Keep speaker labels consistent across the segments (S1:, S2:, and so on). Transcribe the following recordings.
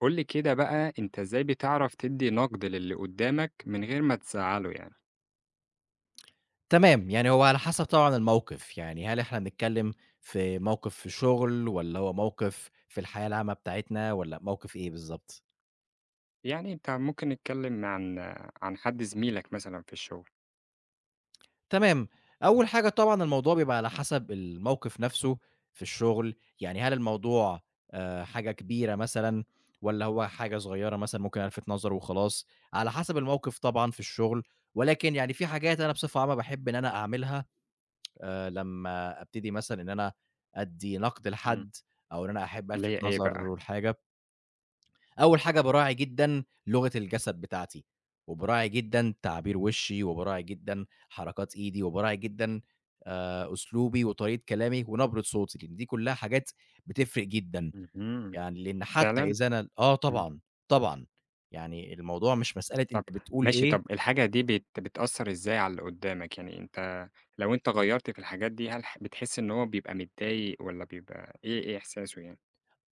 S1: قُل لي كده بقى أنت إزاي بتعرف تدّي نقد للي قدّامك من غير ما تزعّله يعني؟
S2: تمام، يعني هو على حسب طبعًا الموقف، يعني هل إحنا بنتكلّم في موقف في شغل والّا هو موقف في الحياة العامة بتاعتنا والّا موقف إيه بالضبط؟
S1: يعني أنت ممكن نتكلم عن حد زميلك مثلًا في الشغل.
S2: تمام، أول حاجة طبعًا الموضوع بيبقى على حسب الموقف نَفْسه في الشغل، يعني هل الموضوع حاجة كبيرة مثلًا والّا هو حاجة صغيّرة مثلًا ممكن ألفِت نظره وخلاص، على حسب الموقف طبعًا في الشغل، ولكن يعني في حاجات أنا بصفة عامة باحب إن أنا أعملها لمّا أبتدي مثلًا إن أنا أدّي نقد
S1: إمم،
S2: لحد أو إن أنا أحب
S1: اللي
S2: ألفت
S1: هي إيه بقى؟
S2: نظره لحاجة، أول حاجة باراعي جدًا لغة الجسد بتاعتي، وباراعي جدًا تعابير وشّي، وباراعي جدًا حركات إيدي، وباراعي جدًا أسلوبي وطريقة كلامي ونبرة صوتي، لإن دي كلّها حاجات بتفرق جدًا،
S1: اهم.
S2: يعني لإن حتى
S1: فعلًا؟
S2: إذا أنا آه
S1: إمم،
S2: طبعًا، طبعًا، يعني الموضوع مش مسألة
S1: طب
S2: أنت بتقول
S1: ماشي،
S2: إيه.
S1: طب الحاجة دي بتأثّر إزاي على اللي قدّامك؟ يعني لو أنت غيّرت في الحاجات دي هل بتحس إن هو بيبقى متضايق والّا بيبقى إيه إحساسه يعني؟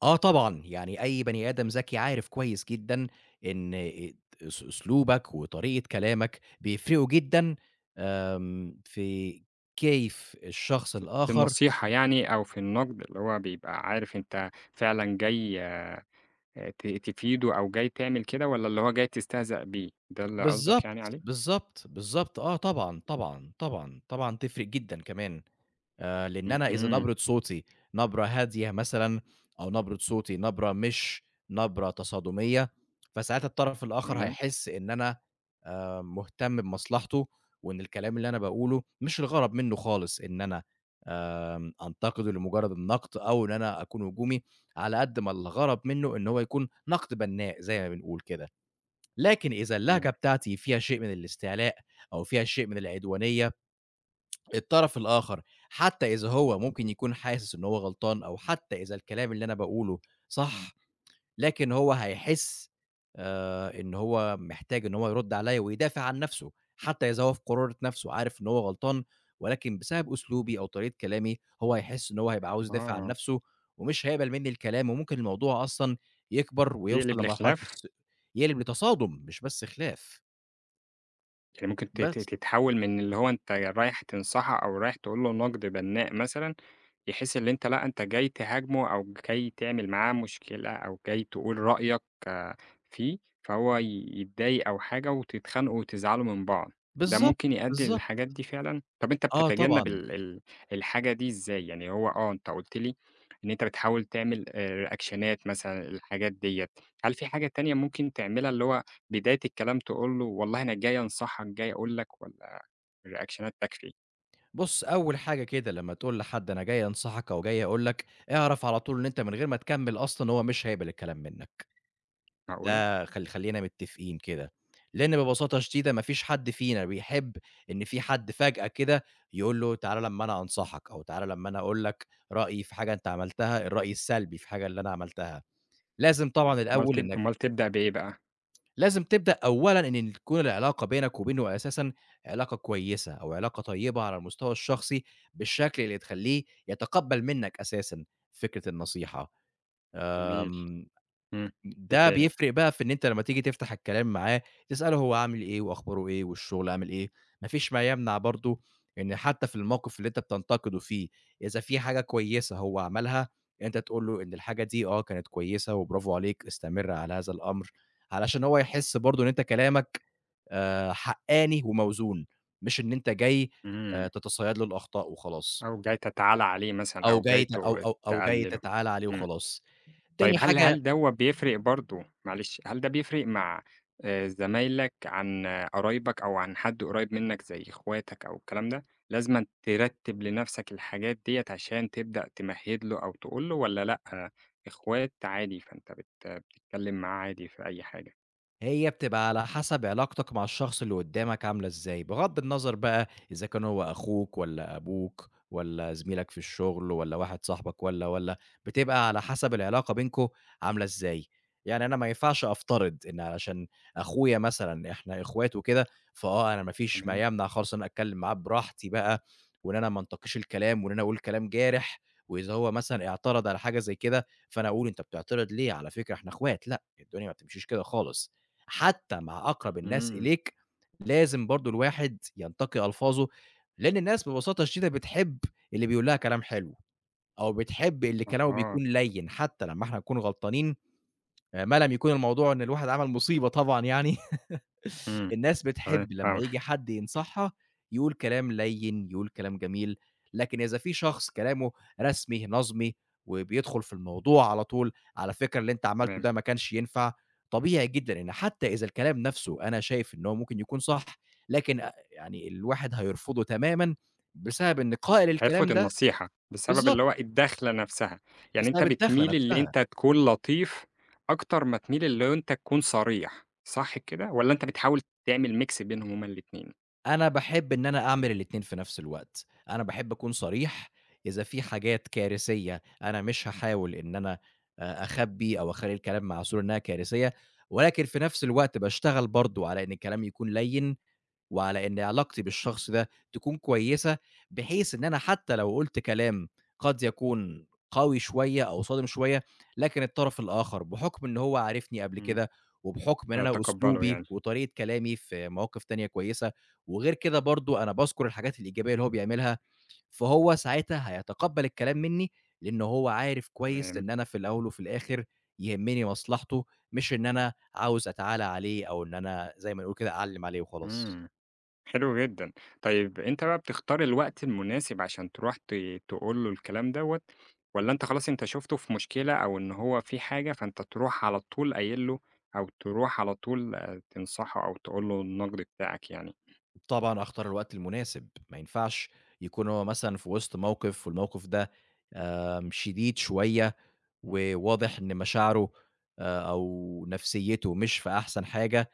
S2: آه طبعًا، يعني أي بني آدم ذكي عارف كويس جدًا إن أ أس أسلوبك وطريقة كلامك بيفرقوا جدًا. في كيف الشخص
S1: في
S2: الآخر.
S1: النصيحة يعني أو في النقد اللي هو بيبقى عارف أنت فعلًا جاي تفيده أو جاي تعمل كده والّا اللي هو جاي تستهزأ بيه، ده اللي قصدك يعني
S2: بالضبط،
S1: عليه؟
S2: بالضبط، بالضبط، آه طبعًا، طبعًا، طبعًا، طبعًا تفرق جدًا كمان. لإن أنا إذا
S1: اهم.
S2: نبرة صوتي نبرة هادية مثلًا أو نبرة صوتي نبرة مش نبرة تصادمية، فساعتها الطرف الآخر
S1: تمام.
S2: هيحس إن أنا مهتم بمصلحته، وإن الكلام اللي أنا باقوله مش الغرض منّه خالص إن أنا أنتقده لمجرد النقد أو إن أنا أكون هجومي، على قد ما الغرض منّه إن هو يكون نقد بنّاء زي ما بنقول كده. لكن إذا اللهجة
S1: تمام.
S2: بتاعتي فيها شيء من الاستعلاء أو فيها شيء من العدوانية، الطرف الآخر حتى إذا هو ممكن يكون حاسس إن هو غلطان أو حتى إذا الكلام اللي أنا باقوله صح، لكن هو هيحس إن هو محتاج إن هو يرُد عليّا ويدافع عن نَفْسه، حتى إذا هو في قرارة نَفْسه عارف إن هو غلطان، ولكن بسبب أسلوبي أو طريقة كلامي هو هيحس إن هو هيبقى عاوز يدافع عن
S1: أها.
S2: نَفْسه ومش هيقبل منّي الكلام وممكن الموضوع أصلًا يكبر ويوصل
S1: يقلب
S2: لمرحلة
S1: لخلاف؟
S2: يقلب لتصادم مش بس خلاف.
S1: يعني ممكن ت ت
S2: بس.
S1: تتحوّل من اللي هو أنت رايح تنصحه أو رايح تقول له نقد بنّاء مثلًا. يحس اللي أنت لأ، أنت جاي تهاجمه أو جاي تعمل معاه مشكلة أو جاي تقول رأيك فيه، فهو يتضايق أو حاجة وتتخانقوا وتزعلوا من بعض. ده
S2: بالضبط،
S1: ممكن يؤدّي للحاجات
S2: بالضبط.
S1: دي فعلًا؟ طب أنت
S2: آه
S1: بتتجنب
S2: طبعًا.
S1: ال ال الحاجة دي إزاي؟ يعني هو أنت قُلت لي إن أنت بتحاول تعمل ريأكشنات مثلًا الحاجات ديّة. هل في حاجة تانية ممكن تعملها اللي هو بداية الكلام تقول له والله أنا جاي أنصحك، جاي أقول لك والّا الريأكشنات تكفي؟
S2: بُص، أول حاجة كده لمّا تقول لحد أنا جاي أنصحك أو جاي أقول لك، اعرف على طول إن أنت من غير ما تكمّل أصلًا هو مش هيقبل الكلام منّك.
S1: معقولة!
S2: ده خلّينا متّفقين كده، لإن ببساطة شديدة ما فيش حد فينا بيحب إن في حد فجأة كده يقول له تعالَ لمّا أنا أنصحك، أو تعالَ لمّا أنا أقول لك رأيي في حاجة أنت عملتها، الرأي السلبي في حاجة اللي أنا عملتها، لازم
S1: تمام.
S2: طبعًا الأول إنك
S1: أمّال تبدأ بإيه بقى؟
S2: لازم تبدأ أولًا إن تكون العلاقة بينك وبينه أساسًا علاقة كويسة، أو علاقة طيبة على المستوى الشخصي بالشكل اللي تخلّيه يتقبّل منك أساسًا فكرة النصيحة.
S1: جميل.
S2: آمم
S1: إمم. إيه
S2: ده
S1: تاني؟
S2: بيفرق بقى في إن أنت لمّا تيجي تفتح الكلام معاه، تسأله هو عامل إيه وأخباره إيه والشغل عامل إيه، ما فيش ما يمنع برضه إن حتى في الموقف اللي أنت بتنتقده فيه، إذا في حاجة كويسة هو عملها، أنت تقول له إن الحاجة دي آه، كانت كويسة وبرافو عليك، استمر على هذا الأمر، علشان هو يحس برضه إن أنت كلامك حقّاني وموزون، مش إن أنت جاي
S1: إمم.
S2: تتصيد له الأخطاء وخلاص،
S1: أو جاي تتعالى عليه مثلًا
S2: أو
S1: أو جاي
S2: جاي ت أو أو أو جاي
S1: تقلله.
S2: تتعالى عليه
S1: إمم.
S2: وخلاص.
S1: طيب
S2: تاني
S1: هل
S2: حاجة
S1: هل دوّة بيفرق برضه معلش، هل ده بيفرق مع زمايلك عن قرايبك أو عن حد قريب منّك زي إخواتك أو الكلام ده، لازمًا ترتّب لنَفْسك الحاجات ديّة عشان تبدأ تمهّد له أو تقول له والّا لأ، إخوات عادي فأنت بتتكلّم معاه عادي في أي حاجة؟
S2: هي بتبقى على حسب علاقتك مع الشخص اللي قدّامك عاملة إزاي، بغض النظر بقى إذا كان هو أخوك والّا أبوك والّا زميلك في الشغل والّا واحد صاحبك والّا، بتبقى على حسب العلاقة بينكم عاملة إزاي. يعني أنا ما ينفعش أفترض إن علشان أخويا مثلًا إحنا إخوات وكده، فآه أنا ما فيش
S1: تمام.
S2: ما يمنع خالص إن أنا أتكلّم معاه براحتي بقى وإن أنا ما انتقيش الكلام وإن أنا أقول كلام جارح، وإذا هو مثلًا اعترض على حاجة زي كده، فأنا أقول أنت بتعترض ليه، على فكرة إحنا إخوات، لأ، الدنيا ما بتمشيش كده خالص. حتى مع أقرب الناس
S1: اهم.
S2: إليك، لازم برضه الواحد ينتقي ألفاظه، لإن الناس ببساطة شديدة بتحب اللي بيقول لها كلام حلو، أو بتحب اللي كلامه
S1: أها.
S2: بيكون لَيّن حتى لمّا إحنا نكون غلطانين، ما لم يكون الموضوع إن الواحد عمل مصيبة طبعًا يعني.
S1: إمم.
S2: الناس
S1: تمام.
S2: بتحب لمّا
S1: فاهمك.
S2: ييجي حد ينصحها يقول كلام لَيِّن، يقول كلام جميل، لكن إذا في شخص كلامه رسمي، نَظْمي، وبيدخل في الموضوع على طول، على فكرة اللي أنت عملته
S1: تمام.
S2: ده ما كانش ينفع، طبيعي جدًا إن حتى إذا الكلام نَفْسه أنا شايف إن هو ممكن يكون صح، لكن يعني الواحد هيرفضه تمامًا بسبب إن قائل
S1: هيرفض
S2: الكلام ده
S1: النصيحة، بسبب اللي
S2: بالضبط،
S1: هو الدخلة نفسها. يعني أنت
S2: بسبب الدخلة
S1: بتميل اللي
S2: نَفْسها.
S1: أنت تكون لطيف أكتر ما تميل اللي أنت تكون صريح، صح كده؟ والّا أنت بتحاول تعمل mix بينهم هُم الاتنين؟
S2: أنا باحب إن أنا أعمل الاتنين في نفس الوقت، أنا باحب أكون صريح، إذا في حاجات كارثية أنا مش هاحاول إن أنا أخبّي أو أخلّي الكلام معسول إنها كارثية، ولكن في نفس الوقت باشتغل برضه على إن الكلام يكون لَيِّن وعلى إن علاقتي بالشخص ده تكون كويسة، بحيث إن أنا حتى لو قُلت كلام قد يكون قوي شوية أو صادم شوية، لكن الطرف الآخر بحُكم إن هو عارفني قبل
S1: إمم.
S2: كده، وبحُكم إن أنا
S1: يتقبّلوا
S2: أسلوبي
S1: يعني.
S2: وطريقة كلامي في مواقف تانية كويسة، وغير كده برضه أنا باذكر الحاجات الإيجابية اللي هو بيعملها، فهو ساعتها هيتقبّل الكلام منّي، لإن هو عارف كويس
S1: تمام.
S2: إن أنا في الأول وفي الآخر يهمّني مصلحته، مش إن أنا عاوز أتعالى عليه أو إن أنا زي ما نقول كده أعلّم عليه وخلاص.
S1: إمم. حلو جدًا. طيب أنت بقى بتختار الوقت المناسب عشان تروح تقول له الكلام دوّة، والّا أنت خلاص أنت شُفته في مشكلة أو إن هو في حاجة فأنت تروح على طول قايل له، أو تروح على طول تنصحه أو تقول له النقد بتاعك يعني؟
S2: طبعًا أختار الوقت المناسب، ما ينفعش يكون هو مثلًا في وسط موقف والموقف ده شديد شوية وواضح إن مشاعره أو نفسيته مش في أحسن حاجة،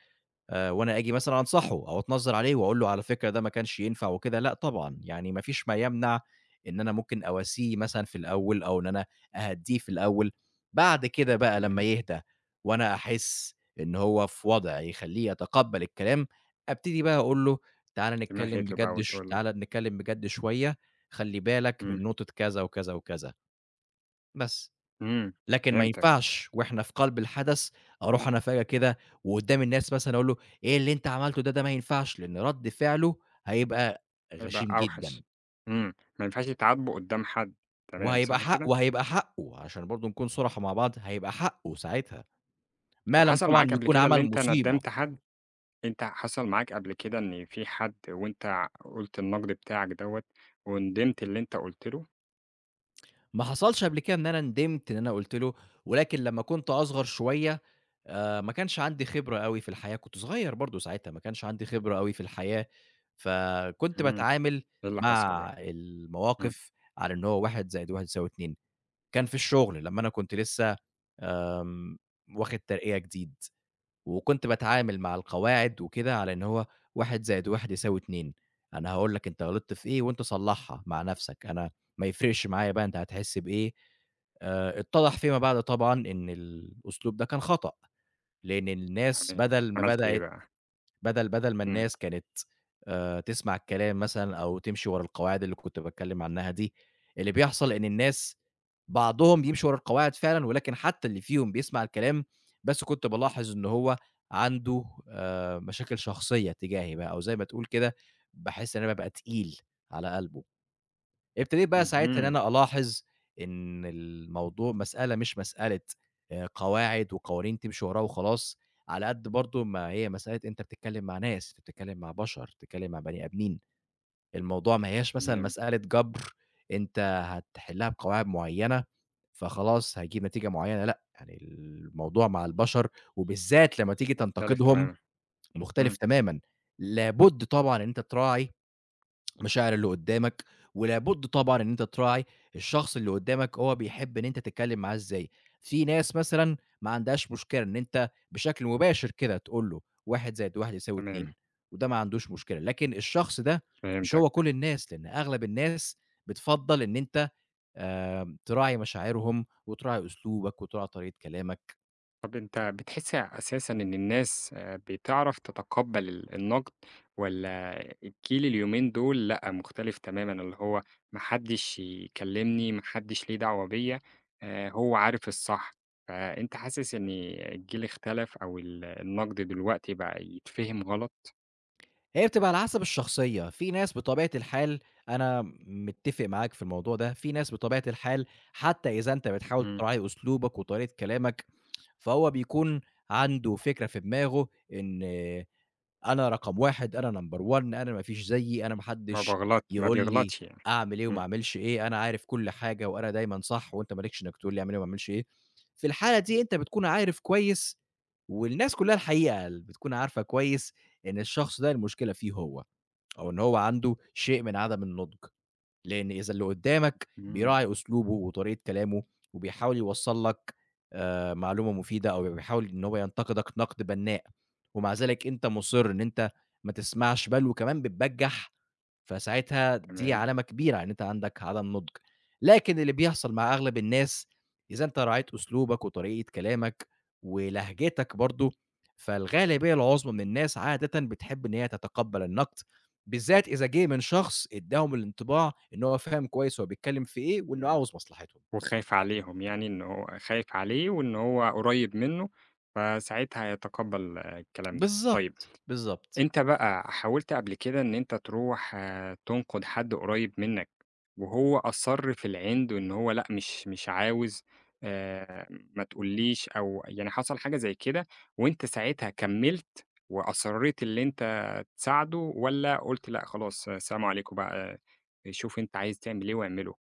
S2: وأنا آجي مثلًا أنصحه أو أتنظّر عليه وأقول له على فكرة ده ما كانش ينفع وكده، لأ طبعًا، يعني ما فيش ما يمنع إن أنا ممكن أواسيه مثلًا في الأول أو إن أنا أهدّيه في الأول، بعد كده بقى لمّا
S1: تمام.
S2: يهدى وأنا أحس إن هو في وضع يخلّيه يتقبّل الكلام، أبتدي بقى أقول له
S1: تمهّد له بقى وتقول له.
S2: تعالَ نتكلّم بجد شوية، خلّي بالك
S1: إمم.
S2: من نقطة كذا وكذا وكذا، بس.
S1: إمم.
S2: لكن ما
S1: فهمتك.
S2: ينفعش وإحنا في قلب الحدث أروح أنا فجأة كده وقدّام الناس مثلًا أقول له: "إيه اللي أنت عملته ده، ده ما ينفعش." لإن رد فعله هيبقى
S1: هيبقى
S2: غشيم جدًا
S1: أوحش. إمم، ما ينفعش يتعاتبوا قدّام حد، تمام، صح كده؟
S2: وهيبقى حقه، عشان برضه نكون صُرحا مع بعض، هيبقى حقه ساعتها، ما
S1: طب
S2: لم
S1: حصل
S2: طبعًا
S1: معاك قبل
S2: يكون
S1: كده
S2: عمل
S1: اللي أنت
S2: مصيبة.
S1: ندّمت حد؟ أنت حصل معاك قبل كده إن في حد وأنت قُلت النقد بتاعك دوّة وندمت اللي أنت قُلت له؟
S2: ما حصلش قبل كده إن أنا ندمت إن أنا قُلت له، ولكن لمّا كنت أصغر شوية ما كانش عندي خبرة أوي في الحياة، كنت صغير برضه ساعتها، ما كانش عندي خبرة أوي في الحياة، فكنت
S1: اهم.
S2: باتعامل
S1: إيه اللي حصل
S2: مع
S1: بقى؟ إمم.
S2: المواقف على إن هو 1+1=2. كان في الشغل لمّا أنا كنت لسه آمم، واخد ترقية جديد. وكنت باتعامل مع القواعد وكده على إن هو 1+1=2. أنا هاقول لك أنت غلطت في إيه وأنت صلّحها مع نفسك، أنا ما يفرقش معايا بقى أنت هتحس بإيه. اتضح فيما بعد طبعًا إن الأسلوب ده كان خطأ، لإن الناس
S1: تمام. عملت إيه بقى؟
S2: بدل ما
S1: إمم.
S2: الناس كانت تسمع الكلام مثلًا أو تمشي ورا القواعد اللي كنت باتكلّم عنها دي، اللي بيحصل إن الناس بعضهم بيمشي ورا القواعد فعلًا، ولكن حتى اللي فيهم بيسمع الكلام، بس كنت بالاحظ إن هو عنده مشاكل شخصية تجاهي بقى، أو زي ما تقول كده باحس إن أنا بابقى تقيل على قلبه. ابتديت بقى ساعتها إن
S1: اهم.
S2: أنا ألاحظ إن الموضوع مسألة مش مسألة قواعد وقوانين تمشي وراها وخلاص، على قد برضه ما هي مسألة أنت بتتكلّم مع ناس، أنت بتتكلّم مع بشر، بتتكلّم مع بني آدمين، الموضوع ما هياش مثلًا
S1: تمام.
S2: مسألة جَبر أنت هتحلّها بقواعد معيّنة، فخلاص هيجيب نتيجة معيّنة، لأ، يعني الموضوع مع البشر وبالذات لمّا تيجي
S1: مختلف
S2: تنتقدهم
S1: تمامًا. إمم.
S2: مختلف تمامًا، لابد طبعًا إن أنت تراعي المشاعر اللي قدّامك، ولابد طبعًا إن أنت تراعي الشخص اللي قدّامك هو بيحب إن أنت تتكلّم معاه إزاي، في ناس مثلًا ما عندهاش مشكلة إن أنت بشكل مباشر كده تقول له
S1: تمام.
S2: 1+1=2 وده ما عندوش مشكلة، لكن الشخص ده مش
S1: فهمتك.
S2: هو كل الناس، لإن أغلب الناس بتفضّل إن أنت تراعي مشاعرهم وتراعي أسلوبك وتراعي طريقة كلامك.
S1: طب أنت بتحس أساسًا إن الناس بتعرف تتقبّل النقد والّا الجيل اليومين دول لأ، مختلف تمامًا، اللي هو ما حدّش يكلّمني، ما حدّش ليه دعوة بيّا، هو عارف الصح، فأنت حاسس إن الجيل اختلف أو النقد دلوقتي بقى يتفهم غلط؟
S2: هي بتبقى على حسب الشخصية، في ناس بطبيعة الحال أنا متّفق معاك في الموضوع ده، في ناس بطبيعة الحال حتى إذا أنت بتحاول
S1: إمم،
S2: تراعي أسلوبك وطريقة كلامك، فهو بيكون عنده فكرة في دماغه إن أنا رقم 1، أنا number one، أنا ما فيش زيي، أنا ما حدش
S1: ما
S2: يقول لي
S1: بيغلطش يعني.
S2: أعمل إيه وما
S1: إمم.
S2: أعملش إيه، أنا عارف كل حاجة وأنا دايمًا صح وأنت ما لكش إنك تقول لي أعمل إيه وما أعملش إيه. في الحالة دي أنت بتكون عارف كويس والناس كلّها الحقيقة بتكون عارفة كويس إن الشخص ده المشكلة فيه هو. أو إن هو عنده شيء من عدم النضج، لإن إذا اللي قدّامك
S1: إمم.
S2: بيراعي أسلوبه وطريقة كلامه وبيحاول يوصّل لك معلومة مفيدة أو بيحاول إن هو ينتقدك نقد بنّاء، ومع ذلك أنت مُصِر إن أنت ما تسمعش بل وكمان بتبجّح، فساعتها دي
S1: تمام.
S2: علامة كبيرة على إن أنت عندك عدم نضج. لكن اللي بيحصل مع أغلب الناس إذا أنت راعيت أسلوبك وطريقة كلامك ولهجتك برضه، فالغالبية العُظمى من الناس عادةً بتحب إن هي تتقبّل النقد بالذات إذا جه من شخص ادّاهم الانطباع إن هو فاهم كويس هو بيتكلّم في إيه، وإنه عاوز مصلحتهم.
S1: وخايف عليهم يعني إن هو خايف عليه وإن هو قريب منّه، فساعتها هيتقبّل الكلام ده. طيب
S2: بالضبط، بالضبط.
S1: أنت بقى حاولت قبل كده إن أنت تروح تنقد حد قريب منّك وهو أصَرّ في العِند وإن هو لأ مش عاوز آآ ما تقولّيش أو يعني حصل حاجة زي كده وأنت ساعتها كمّلت وأصرّيت اللي أنت تساعده والّا قُلت لأ خلاص سلام عليكم بقى، شوف أنت عايز تعمل إيه واعمله؟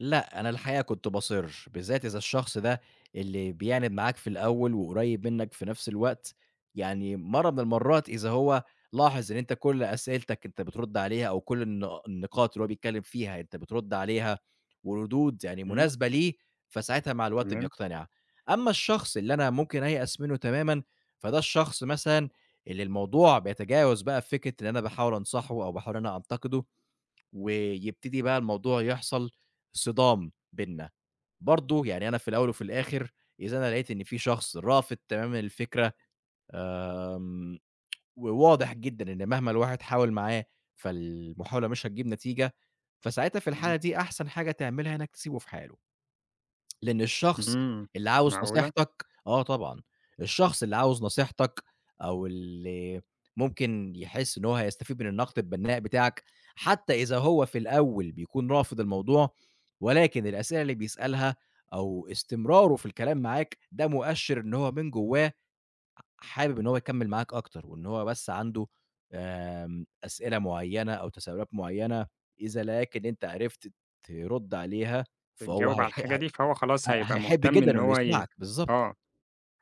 S2: لأ، أنا الحقيقة كنت باصِرّ، بالذات إذا الشخص ده اللي بيعند معاك في الأول وقريّب منّك في نفس الوقت، يعني مرّة من المرّات إذا هو لاحظ إن أنت كل أسئلتك أنت بترُد عليها أو كل النقاط اللي هو بيتكلّم فيها أنت بترُد عليها وردود يعني
S1: إمم.
S2: مناسبة ليه، فساعتها مع الوقت
S1: تمام.
S2: بيقتنع. أمّا الشخص اللي أنا ممكن أيأس منّه تمامًا، فده الشخص مثلًا اللي الموضوع بيتجاوز بقى فكرة إن أنا باحاول أنصحه أو باحاول إن أنا أنتقده ويبتدي بقى الموضوع يحصل صِدام بيننا. برضه يعني أنا في الأول وفي الآخر إذا أنا لقيت إن في شخص رافض تمامًا الفكرة، آمم، وواضح جدًا إن مهما الواحد حاول معاه فالمحاولة مش هتجيب نتيجة، فساعتها في الحالة
S1: تمام.
S2: دي أحسن حاجة تعملها إنك تسيبه في حاله. لإن الشخص
S1: إمم.
S2: اللي عاوز
S1: معقولة!
S2: نصيحتك آه طبعًا، الشخص اللي عاوز نصيحتك أو اللي ممكن يحس إن هو هيستفيد من النقد البناء بتاعك، حتى إذا هو في الأول بيكون رافض الموضوع، ولكن الأسئلة اللي بيسألها أو استمراره في الكلام معاك، ده مؤشر إن هو من جوّاه حابب إن هو يكمّل معاك أكتر، وإن هو بس عنده أسئلة معيّنة أو تساؤلات معيّنة، إذا لكن أنت عرفت ترُد عليها فهو
S1: بتجاوب على
S2: هيح
S1: الحاجة
S2: هي
S1: دي، فهو خلاص هيبقى
S2: هيحب
S1: مهتم
S2: جدًا
S1: إن
S2: إنه
S1: هو
S2: يسمعك، بالضبط،
S1: آه،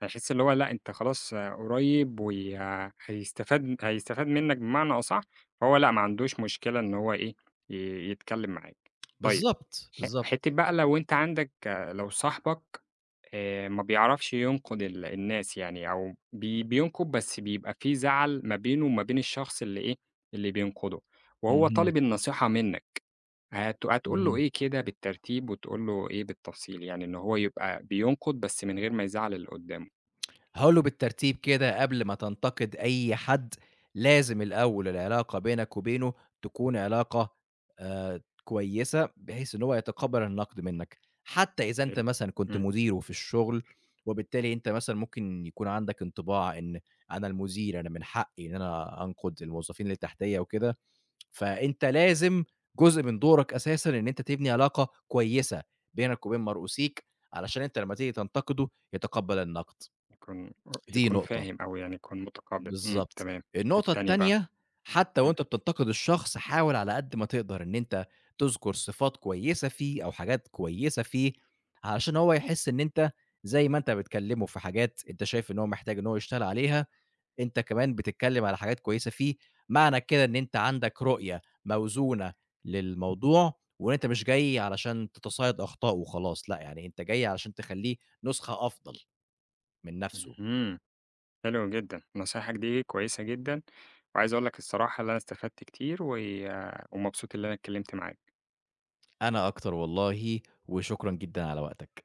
S1: هيحس اللي هو لأ أنت خلاص قريب هيستفاد منّك بمعنى أصح، فهو لأ ما عندوش مشكلة إن هو إيه، ي يتكلّم معاك. طيب
S2: بالضبط، بالضبط.
S1: حتّة بقى لو أنت عندك لو صاحبك ما بيعرفش ينقُد الناس يعني أو بينقُد بس بيبقى في زَعَل ما بينه وما بين الشخص اللي إيه، اللي بينقُده، وهو
S2: اهم،
S1: طالب النصيحة منّك. هتقول له
S2: اهم.
S1: إيه كده بالترتيب، وتقول له إيه بالتفصيل، يعني إن هو يبقى بينقد بس من غير ما يزعّل اللي قدّامه،
S2: هاقول له بالترتيب كده قبل ما تنتقد أي حد، لازم الأول العلاقة بينك وبينه تكون علاقة كويسة، بحيث إن هو يتقبّل النقد منّك، حتى إذا أنت
S1: حلو.
S2: مثلًا كنت
S1: إمم.
S2: مديره في الشغل، وبالتالي أنت مثلًا ممكن يكون عندك انطباع إن أنا المدير، أنا من حقي إن أنا أنقد الموظفين اللي تحتيّا وكده. فأنت لازم جزء من دورك أساسًا إن أنت تبني علاقة كويسة بينك وبين مرؤوسيك، علشان أنت لمّا تيجي تنتقده يتقبّل النقد،
S1: يكون
S2: دي
S1: يكون
S2: نقطة،
S1: فاهم أو يعني يكون متقبّل، إمم،
S2: بالضبط.
S1: تمام.
S2: النقطة
S1: التانية بقى.
S2: التانية، حتى
S1: إمم.
S2: وأنت بتنتقد الشخص حاول على قد ما تقدر إن أنت تذكر صفات كويسة فيه أو حاجات كويسة فيه، علشان هو يحس إن أنت زي ما أنت بتكلمه في حاجات أنت شايف إن هو محتاج إن هو يشتغل عليها أنت كمان بتتكلم على حاجات كويسة فيه، معنى كده إن أنت عندك رؤية موزونة للموضوع، وإن أنت مش جاي علشان تتصيد أخطائه وخلاص، لأ يعني أنت جاي علشان تخلّيه نسخة أفضل من نفسه.
S1: اهم. حلو جدًا، نصايحك دي كويسة جدًا، وعايز أقول لك الصراحة اللي أنا استفدت كتير ومبسوط اللي أنا اتكلمت معاك.
S2: أنا أكتر والله، وشكرًا جدًا على وقتك.